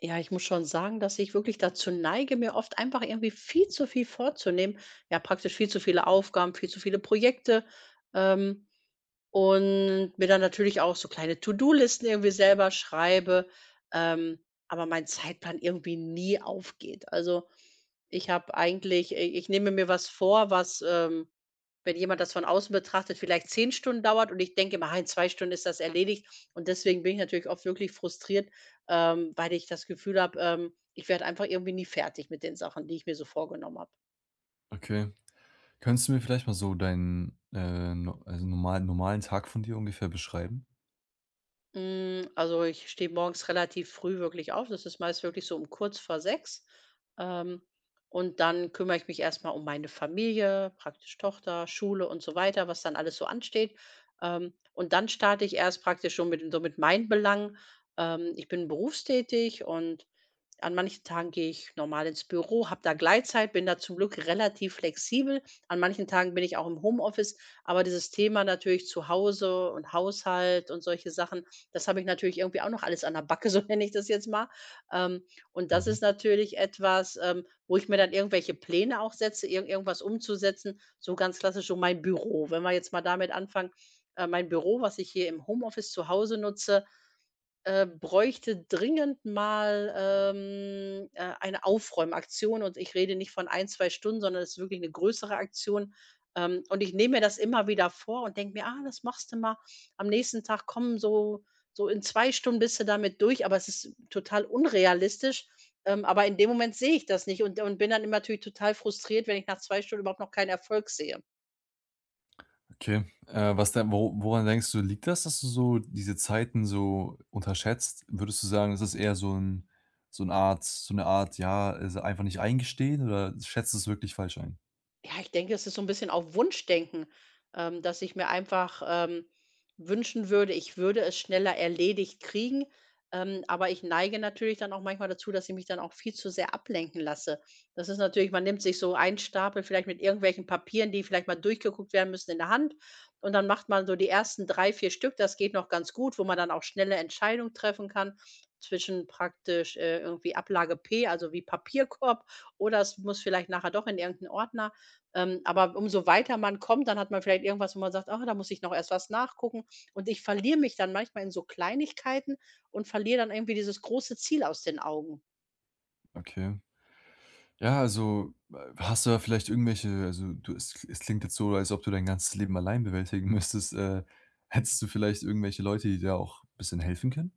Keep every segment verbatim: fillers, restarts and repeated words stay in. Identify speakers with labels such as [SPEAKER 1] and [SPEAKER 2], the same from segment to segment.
[SPEAKER 1] Ja, ich muss schon sagen, dass ich wirklich dazu neige, mir oft einfach irgendwie viel zu viel vorzunehmen. Ja, praktisch viel zu viele Aufgaben, viel zu viele Projekte. Ähm, und mir dann natürlich auch so kleine To-Do-Listen irgendwie selber schreibe. Ähm, aber mein Zeitplan irgendwie nie aufgeht. Also ich habe eigentlich. Ich, ich nehme mir was vor, was ähm, wenn jemand das von außen betrachtet, vielleicht zehn Stunden dauert und ich denke immer: „Ah, in zwei Stunden ist das erledigt." Und deswegen bin ich natürlich oft wirklich frustriert, ähm, weil ich das Gefühl habe, ähm, ich werde einfach irgendwie nie fertig mit den Sachen, die ich mir so vorgenommen habe.
[SPEAKER 2] Okay. Könntest du mir vielleicht mal so deinen, äh, no also, normalen normalen Tag von dir ungefähr beschreiben?
[SPEAKER 1] Hm, also, ich stehe morgens relativ früh wirklich auf. Das ist meist wirklich so um kurz vor sechs. Ähm, und dann kümmere ich mich erstmal um meine Familie, praktisch Tochter, Schule und so weiter, was dann alles so ansteht. Ähm, und dann starte ich erst praktisch schon mit so mit meinen Belangen. Ähm, ich bin berufstätig und an manchen Tagen gehe ich normal ins Büro, habe da Gleitzeit, bin da zum Glück relativ flexibel. An manchen Tagen bin ich auch im Homeoffice, aber dieses Thema natürlich zu Hause und Haushalt und solche Sachen, das habe ich natürlich irgendwie auch noch alles an der Backe, so nenne ich das jetzt mal. Ähm, und das
[SPEAKER 2] Mhm.
[SPEAKER 1] ist natürlich etwas, ähm, wo ich mir dann irgendwelche Pläne auch setze, irgend irgendwas umzusetzen. So ganz klassisch so mein Büro. Wenn wir jetzt mal damit anfangen, äh, mein Büro, was ich hier im Homeoffice zu Hause nutze, äh, bräuchte dringend mal, ähm, äh, eine Aufräumaktion, und ich rede nicht von ein zwei Stunden, sondern es ist wirklich eine größere Aktion. Ähm, und ich nehme mir das immer wieder vor und denke mir: „Ah, das machst du mal am nächsten Tag, komm, so so in zwei Stunden bist du damit durch." Aber es ist total unrealistisch. Ähm, aber in dem Moment sehe ich das nicht und und bin dann immer natürlich total frustriert, wenn ich nach zwei Stunden überhaupt noch keinen Erfolg sehe.
[SPEAKER 2] Okay. Äh, was denn wo woran denkst du, liegt das, dass du so diese Zeiten so unterschätzt? Würdest du sagen, das ist eher so ein so eine Art so eine Art, ja, also, einfach nicht eingestehen oder schätzt du es wirklich falsch ein?
[SPEAKER 1] Ja, ich denke, es ist so ein bisschen auf Wunschdenken, ähm, dass ich mir einfach, ähm, wünschen würde, ich würde es schneller erledigt kriegen, ähm, aber ich neige natürlich dann auch manchmal dazu, dass ich mich dann auch viel zu sehr ablenken lasse. Das ist natürlich. Man nimmt sich so einen Stapel vielleicht mit irgendwelchen Papieren, die vielleicht mal durchgeguckt werden müssen, in der Hand und dann macht man so die ersten drei, vier Stück. Das geht noch ganz gut, wo man dann auch schnelle Entscheidungen treffen kann zwischen praktisch, äh, irgendwie Ablage P, also wie Papierkorb, oder es muss vielleicht nachher doch in irgendeinen Ordner. Ähm, aber umso weiter man kommt, dann hat man vielleicht irgendwas, wo man sagt: „Ach, da muss ich noch erst was nachgucken." Und ich verliere mich dann manchmal in so Kleinigkeiten und verliere dann irgendwie dieses große Ziel aus den Augen.
[SPEAKER 2] Okay. Ja, also, äh, hast du da vielleicht irgendwelche, also, du es es klingt jetzt so, als ob du dein ganzes Leben allein bewältigen müsstest. Äh, hättest du vielleicht irgendwelche Leute, die dir auch ein bisschen helfen können?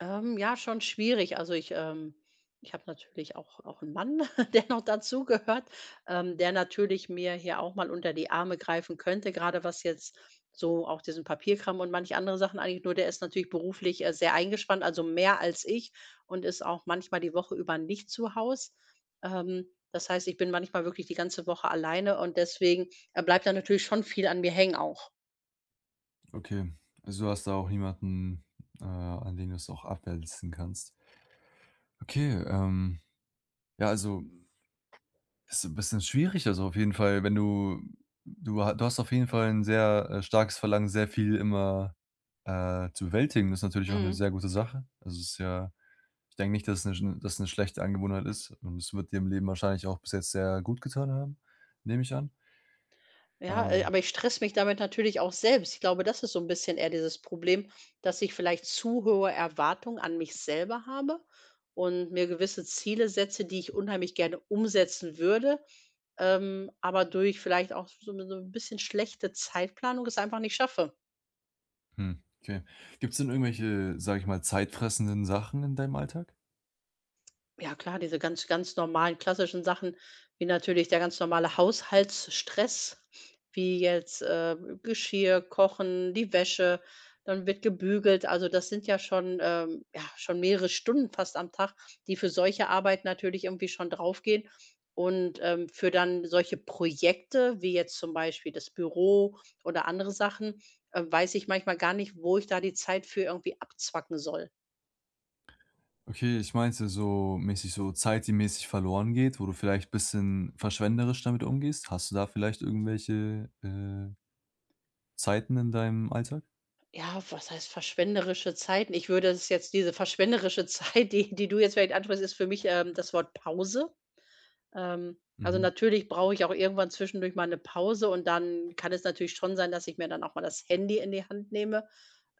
[SPEAKER 1] Ähm, ja, schon schwierig. Also, ich ähm, ich habe natürlich auch auch 'n Mann, der noch dazugehört, ähm, der natürlich mir hier auch mal unter die Arme greifen könnte, gerade was jetzt so auch diesen Papierkram und manche andere Sachen angeht. Nur der ist natürlich beruflich, äh, sehr eingespannt, also mehr als ich und ist auch manchmal die Woche über nicht zu Haus. Ähm, Das heißt, ich bin manchmal wirklich die ganze Woche alleine, und deswegen, äh, bleibt da natürlich schon viel an mir hängen auch.
[SPEAKER 2] Okay, also du hast da auch niemanden, äh, an den du es auch abwälzen kannst. Okay, ähm, ja, also ist ein bisschen schwierig, also auf jeden Fall, wenn du du ha du hast auf jeden Fall ein sehr, äh, starkes Verlangen, sehr viel immer, äh, zu bewältigen. Das ist natürlich auch eine
[SPEAKER 1] Mhm.
[SPEAKER 2] sehr gute Sache. Also es ist ja, ich denke nicht, dass es 'ne dass es 'ne schlechte Angewohnheit ist, und es wird dir im Leben wahrscheinlich auch bis jetzt sehr gut getan haben, nehme ich an.
[SPEAKER 1] Ja, äh,
[SPEAKER 2] Ähm,
[SPEAKER 1] aber ich stress mich damit natürlich auch selbst. Ich glaube, das ist so ein bisschen eher dieses Problem, dass ich vielleicht zu hohe Erwartungen an mich selber habe und mir gewisse Ziele setze, die ich unheimlich gerne umsetzen würde, ähm, aber durch vielleicht auch so 'ne so 'n bisschen schlechte Zeitplanung es einfach nicht schaffe.
[SPEAKER 2] hm, okay. Gibt's denn irgendwelche, sage ich mal, zeitfressenden Sachen in deinem Alltag?
[SPEAKER 1] Ja klar, diese ganz ganz normalen klassischen Sachen, wie natürlich der ganz normale Haushaltsstress, wie jetzt, äh, Geschirr, Kochen, die Wäsche, dann wird gebügelt. Also, das sind ja schon, ähm ja, schon mehrere Stunden fast am Tag, die für solche Arbeit natürlich irgendwie schon draufgehen. Und, ähm, für dann solche Projekte, wie jetzt zum Beispiel das Büro oder andere Sachen, äh, weiß ich manchmal gar nicht, wo ich da die Zeit für irgendwie abzwacken soll.
[SPEAKER 2] Okay, ich meinte so mäßig so Zeit, die mäßig verloren geht, wo du vielleicht bisschen verschwenderisch damit umgehst. Hast du da vielleicht irgendwelche, äh, Zeiten in deinem Alltag?
[SPEAKER 1] Ja, was heißt verschwenderische Zeiten? Ich würde es jetzt diese verschwenderische Zeit, die die du jetzt vielleicht ansprichst, ist für mich, ähm, das Wort Pause. Ähm, also,
[SPEAKER 2] Mhm.
[SPEAKER 1] natürlich brauche ich auch irgendwann zwischendurch mal eine Pause, und dann kann es natürlich schon sein, dass ich mir dann auch mal das Handy in die Hand nehme,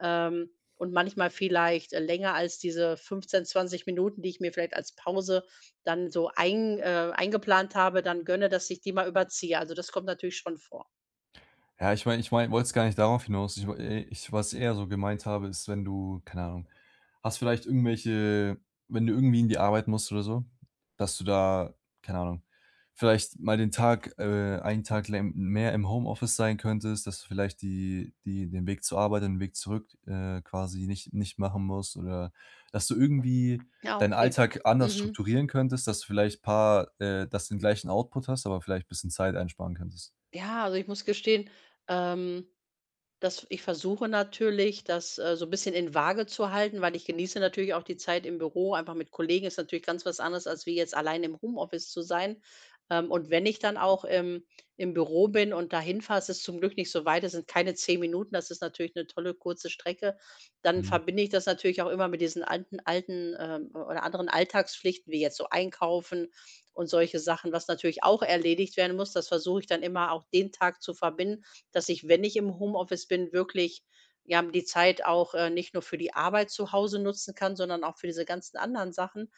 [SPEAKER 1] ähm, und manchmal vielleicht, äh, länger als diese fünfzehn, zwanzig Minuten, die ich mir vielleicht als Pause dann so ein äh, eingeplant habe, dann gönne, dass ich die mal überziehe. Also, das kommt natürlich schon vor.
[SPEAKER 2] Ja, ich meine ich meine wollte es gar nicht darauf hinaus. Ich w äh, ich, was ich eher so gemeint habe, ist, wenn du, keine Ahnung, hast vielleicht irgendwelche, wenn du irgendwie in die Arbeit musst oder so, dass du da, keine Ahnung, vielleicht mal den Tag äh, einen Tag lä mehr im Homeoffice sein könntest, dass du vielleicht die die den Weg zur Arbeit und den Weg zurück, äh, quasi nicht nicht machen musst, oder dass du irgendwie
[SPEAKER 1] Ja,
[SPEAKER 2] deinen
[SPEAKER 1] okay.
[SPEAKER 2] Alltag anders
[SPEAKER 1] Mhm.
[SPEAKER 2] strukturieren könntest, dass du vielleicht paar, äh, dass du den gleichen Output hast, aber vielleicht ein bisschen Zeit einsparen könntest.
[SPEAKER 1] Ja, also, ich muss gestehen, ähm Das ich versuche natürlich, das, äh, so ein bisschen in Waage zu halten, weil ich genieße natürlich auch die Zeit im Büro, einfach mit Kollegen ist natürlich ganz was anderes, als wie jetzt allein im Homeoffice zu sein. Ähm, und wenn ich dann auch im im Büro bin und da hinfahre, es ist zum Glück nicht so weit. Es sind keine zehn Minuten, das ist natürlich eine tolle kurze Strecke, dann
[SPEAKER 2] Mhm.
[SPEAKER 1] verbinde ich das natürlich auch immer mit diesen alten alten, ähm, oder anderen Alltagspflichten, wie jetzt so Einkaufen und solche Sachen, was natürlich auch erledigt werden muss. Das versuche ich dann immer auch den Tag zu verbinden, dass ich, wenn ich im Homeoffice bin, wirklich, ja, die Zeit auch, äh, nicht nur für die Arbeit zu Hause nutzen kann, sondern auch für diese ganzen anderen Sachen.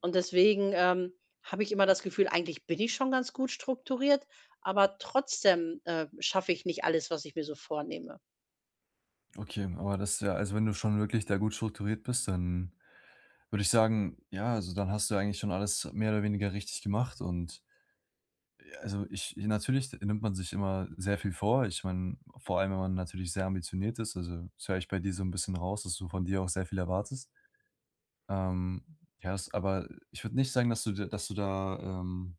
[SPEAKER 1] Und deswegen, ähm, habe ich immer das Gefühl, eigentlich bin ich schon ganz gut strukturiert, aber trotzdem, äh, schaffe ich nicht alles, was ich mir so vornehme.
[SPEAKER 2] Okay, aber das ist ja, also, wenn du schon wirklich da gut strukturiert bist, dann würde ich sagen, ja, also, dann hast du eigentlich schon alles mehr oder weniger richtig gemacht, und, ja, also, ich, natürlich nimmt man sich immer sehr viel vor. Ich meine, vor allem, wenn man natürlich sehr ambitioniert ist, also, das höre ich bei dir so ein bisschen raus, dass du von dir auch sehr viel erwartest. Ähm, ja, das, aber ich würde nicht sagen, dass du d dass du da, ähm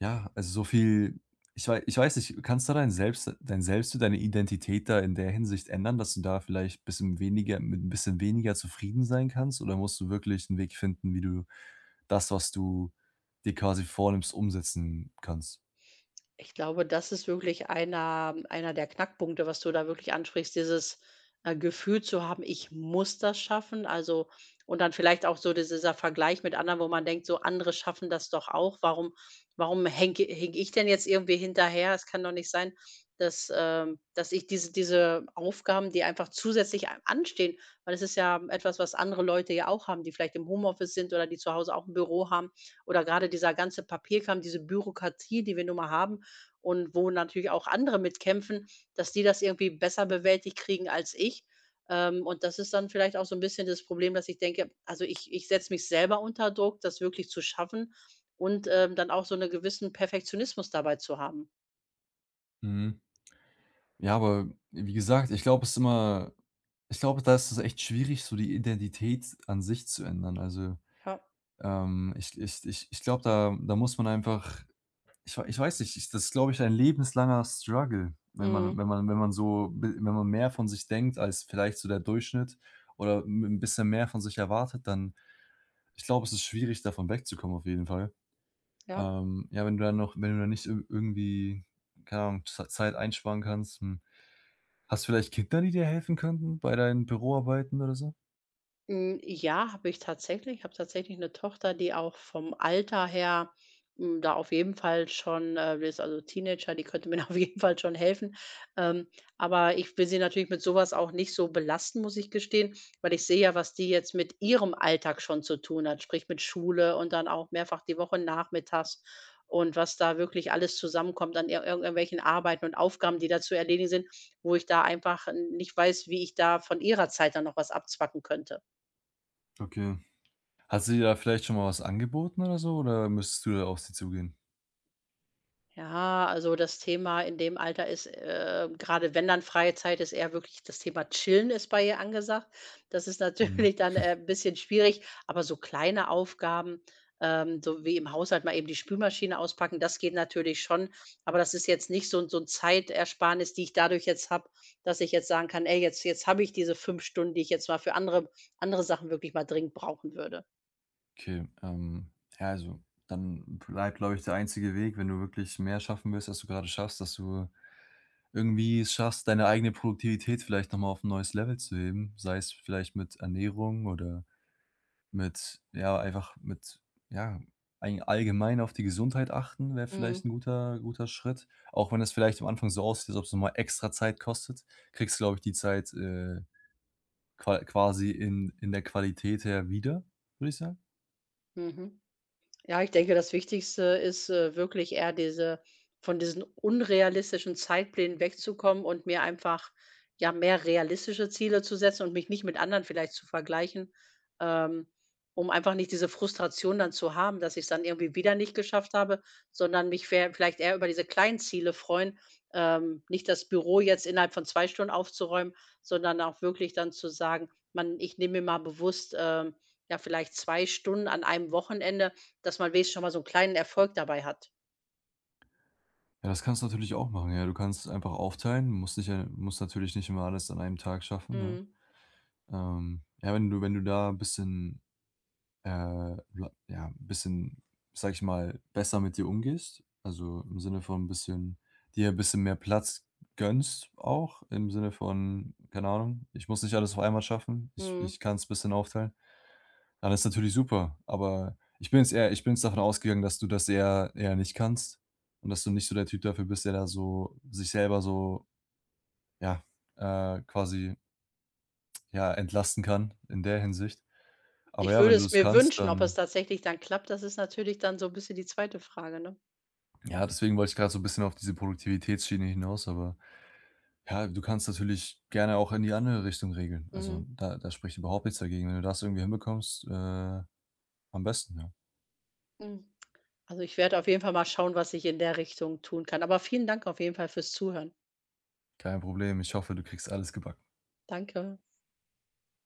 [SPEAKER 2] ja, also so viel, ich wei ich weiß nicht, kannst du dein Selbst dein Selbstbild, deine Identität da in der Hinsicht ändern, dass du da vielleicht bisschen weniger, mit ein bisschen weniger zufrieden sein kannst? Oder musst du wirklich einen Weg finden, wie du das, was du dir quasi vornimmst, umsetzen kannst?
[SPEAKER 1] Ich glaube, das ist wirklich einer einer der Knackpunkte, was du da wirklich ansprichst, dieses, äh, Gefühl zu haben: „Ich muss das schaffen", also, und dann vielleicht auch so dis dieser Vergleich mit anderen, wo man denkt, so: „Andere schaffen das doch auch. Warum warum hänge hinke ich denn jetzt irgendwie hinterher? Es kann doch nicht sein, dass, ähm dass ich diese diese Aufgaben, die einfach zusätzlich a anstehen“ weil es ist ja etwas, was andere Leute ja auch haben, die vielleicht im Homeoffice sind oder die zu Hause auch ein Büro haben, oder gerade dieser ganze Papierkram, diese Bürokratie, die wir nun mal haben und wo natürlich auch andere mitkämpfen, dass die das irgendwie besser bewältigt kriegen als ich. Ähm, und das ist dann vielleicht auch so ein bisschen das Problem, dass ich denke, also, ich ich setze mich selber unter Druck, das wirklich zu schaffen, und, ähm, dann auch so 'ne gewissen Perfektionismus dabei zu haben.
[SPEAKER 2] Mhm. Ja, aber wie gesagt, ich glaube, es ist immer, ich glaube, da ist es echt schwierig, so die Identität an sich zu ändern. Also,
[SPEAKER 1] Ja,
[SPEAKER 2] ähm, ich ich ich ich glaube, da da muss man einfach, Ich wei ich weiß nicht, ich, das ist, glaube ich, ein lebenslanger Struggle, wenn man
[SPEAKER 1] mhm,
[SPEAKER 2] wenn man wenn man so be wenn man mehr von sich denkt als vielleicht so der Durchschnitt oder 'n bisschen mehr von sich erwartet, dann, ich glaube, es ist schwierig, davon wegzukommen auf jeden Fall.
[SPEAKER 1] ja.
[SPEAKER 2] Ähm, ja, wenn du dann noch, wenn du dann nicht ir irgendwie, keine Ahnung, Ze Zeit einsparen kannst, hm. Hast du vielleicht Kinder, die dir helfen könnten bei deinen Büroarbeiten oder so?
[SPEAKER 1] Hm, ja, habe ich tatsächlich. Ich habe tatsächlich eine Tochter, die auch vom Alter her, hm, da auf jeden Fall schon, äh, die ist also Teenager, die könnte mir auf jeden Fall schon helfen. Ähm, aber ich will sie natürlich mit sowas auch nicht so belasten, muss ich gestehen, weil ich sehe ja, was die jetzt mit ihrem Alltag schon zu tun hat, sprich mit Schule, und dann auch mehrfach die Woche nachmittags, und was da wirklich alles zusammenkommt an ir irgendwelchen Arbeiten und Aufgaben, die da zu erledigen sind, wo ich da einfach n nicht weiß, wie ich da von ihrer Zeit dann noch was abzwacken könnte.
[SPEAKER 2] Okay. Hat sie dir da vielleicht schon mal was angeboten oder so, oder müsstest du da auf sie zugehen?
[SPEAKER 1] Ja, also das Thema in dem Alter ist, äh, gerade wenn dann freie Zeit ist, eher wirklich das Thema Chillen ist bei ihr angesagt. Das ist
[SPEAKER 2] Mhm.
[SPEAKER 1] natürlich dann, äh, 'n bisschen schwierig, aber so kleine Aufgaben, ähm, so wie im Haushalt mal eben die Spülmaschine auspacken, das geht natürlich schon. Aber das ist jetzt nicht so ein so 'n Zeitersparnis, die ich dadurch jetzt habe, dass ich jetzt sagen kann: „Ey, jetzt jetzt habe ich diese fünf Stunden, die ich jetzt mal für andere andere Sachen wirklich mal dringend brauchen würde."
[SPEAKER 2] Okay, ähm, ja, also dann bleibt, glaube ich, der einzige Weg, wenn du wirklich mehr schaffen willst, als du gerade schaffst, dass du irgendwie es schaffst, deine eigene Produktivität vielleicht nochmal auf ein neues Level zu heben, sei es vielleicht mit Ernährung oder mit, ja, einfach mit, ja, ein- allgemein auf die Gesundheit achten, wäre vielleicht ein
[SPEAKER 1] Mhm.
[SPEAKER 2] guter, guter Schritt. Auch wenn es vielleicht am Anfang so aussieht, als ob es nochmal extra Zeit kostet, kriegst du, glaube ich, die Zeit, äh, qua- quasi in, in der Qualität her wieder, würde ich sagen.
[SPEAKER 1] Mhm. Ja, ich denke, das Wichtigste ist, äh, wirklich eher diese von diesen unrealistischen Zeitplänen wegzukommen und mir einfach, ja, mehr realistische Ziele zu setzen und mich nicht mit anderen vielleicht zu vergleichen, ähm, um einfach nicht diese Frustration dann zu haben, dass ich's dann irgendwie wieder nicht geschafft habe, sondern mich ver vielleicht eher über diese kleinen Ziele freuen, ähm, nicht das Büro jetzt innerhalb von zwei Stunden aufzuräumen, sondern auch wirklich dann zu sagen: „Man, ich nehme mir mal bewusst, ähm, ja, vielleicht zwei Stunden an einem Wochenende, dass man wenigstens schon mal so 'n kleinen Erfolg dabei hat."
[SPEAKER 2] Ja, das kannst du natürlich auch machen, ja. Du kannst es einfach aufteilen, musst nicht, äh, musst natürlich nicht immer alles an einem Tag schaffen, ja.
[SPEAKER 1] Mhm,
[SPEAKER 2] Ähm, ja, wenn du, wenn du da 'n bisschen, äh, la ja, 'n bisschen, sage ich mal, besser mit dir umgehst, also im Sinne von ein bisschen, dir 'n bisschen mehr Platz gönnst auch, im Sinne von, keine Ahnung: „Ich muss nicht alles auf einmal schaffen, ich
[SPEAKER 1] mhm.
[SPEAKER 2] ich kann kann's bisschen aufteilen.“ Ja, das ist natürlich super, aber ich bin jetzt eher, ich bin jetzt davon ausgegangen, dass du das eher, eher nicht kannst und dass du nicht so der Typ dafür bist, der da so sich selber so, ja, äh, quasi, ja, entlasten kann in der Hinsicht. Aber
[SPEAKER 1] Ich
[SPEAKER 2] ja,
[SPEAKER 1] würde
[SPEAKER 2] wenn du
[SPEAKER 1] es
[SPEAKER 2] das
[SPEAKER 1] mir
[SPEAKER 2] kannst,
[SPEAKER 1] wünschen, ob es
[SPEAKER 2] dann,
[SPEAKER 1] tatsächlich dann klappt, das ist natürlich dann so 'n bisschen die zweite Frage, ne?
[SPEAKER 2] ja, deswegen wollte ich grad so 'n bisschen auf diese Produktivitätsschiene hinaus, aber ja, du kannst natürlich gerne auch in die andere Richtung regeln. Also,
[SPEAKER 1] Mhm,
[SPEAKER 2] da da spricht überhaupt nichts dagegen. Wenn du das irgendwie hinbekommst, äh, am besten, ja.
[SPEAKER 1] mhm. Also, ich werde auf jeden Fall mal schauen, was ich in der Richtung tun kann. Aber vielen Dank auf jeden Fall fürs Zuhören.
[SPEAKER 2] Kein Problem. Ich hoffe, du kriegst alles gebacken.
[SPEAKER 1] Danke.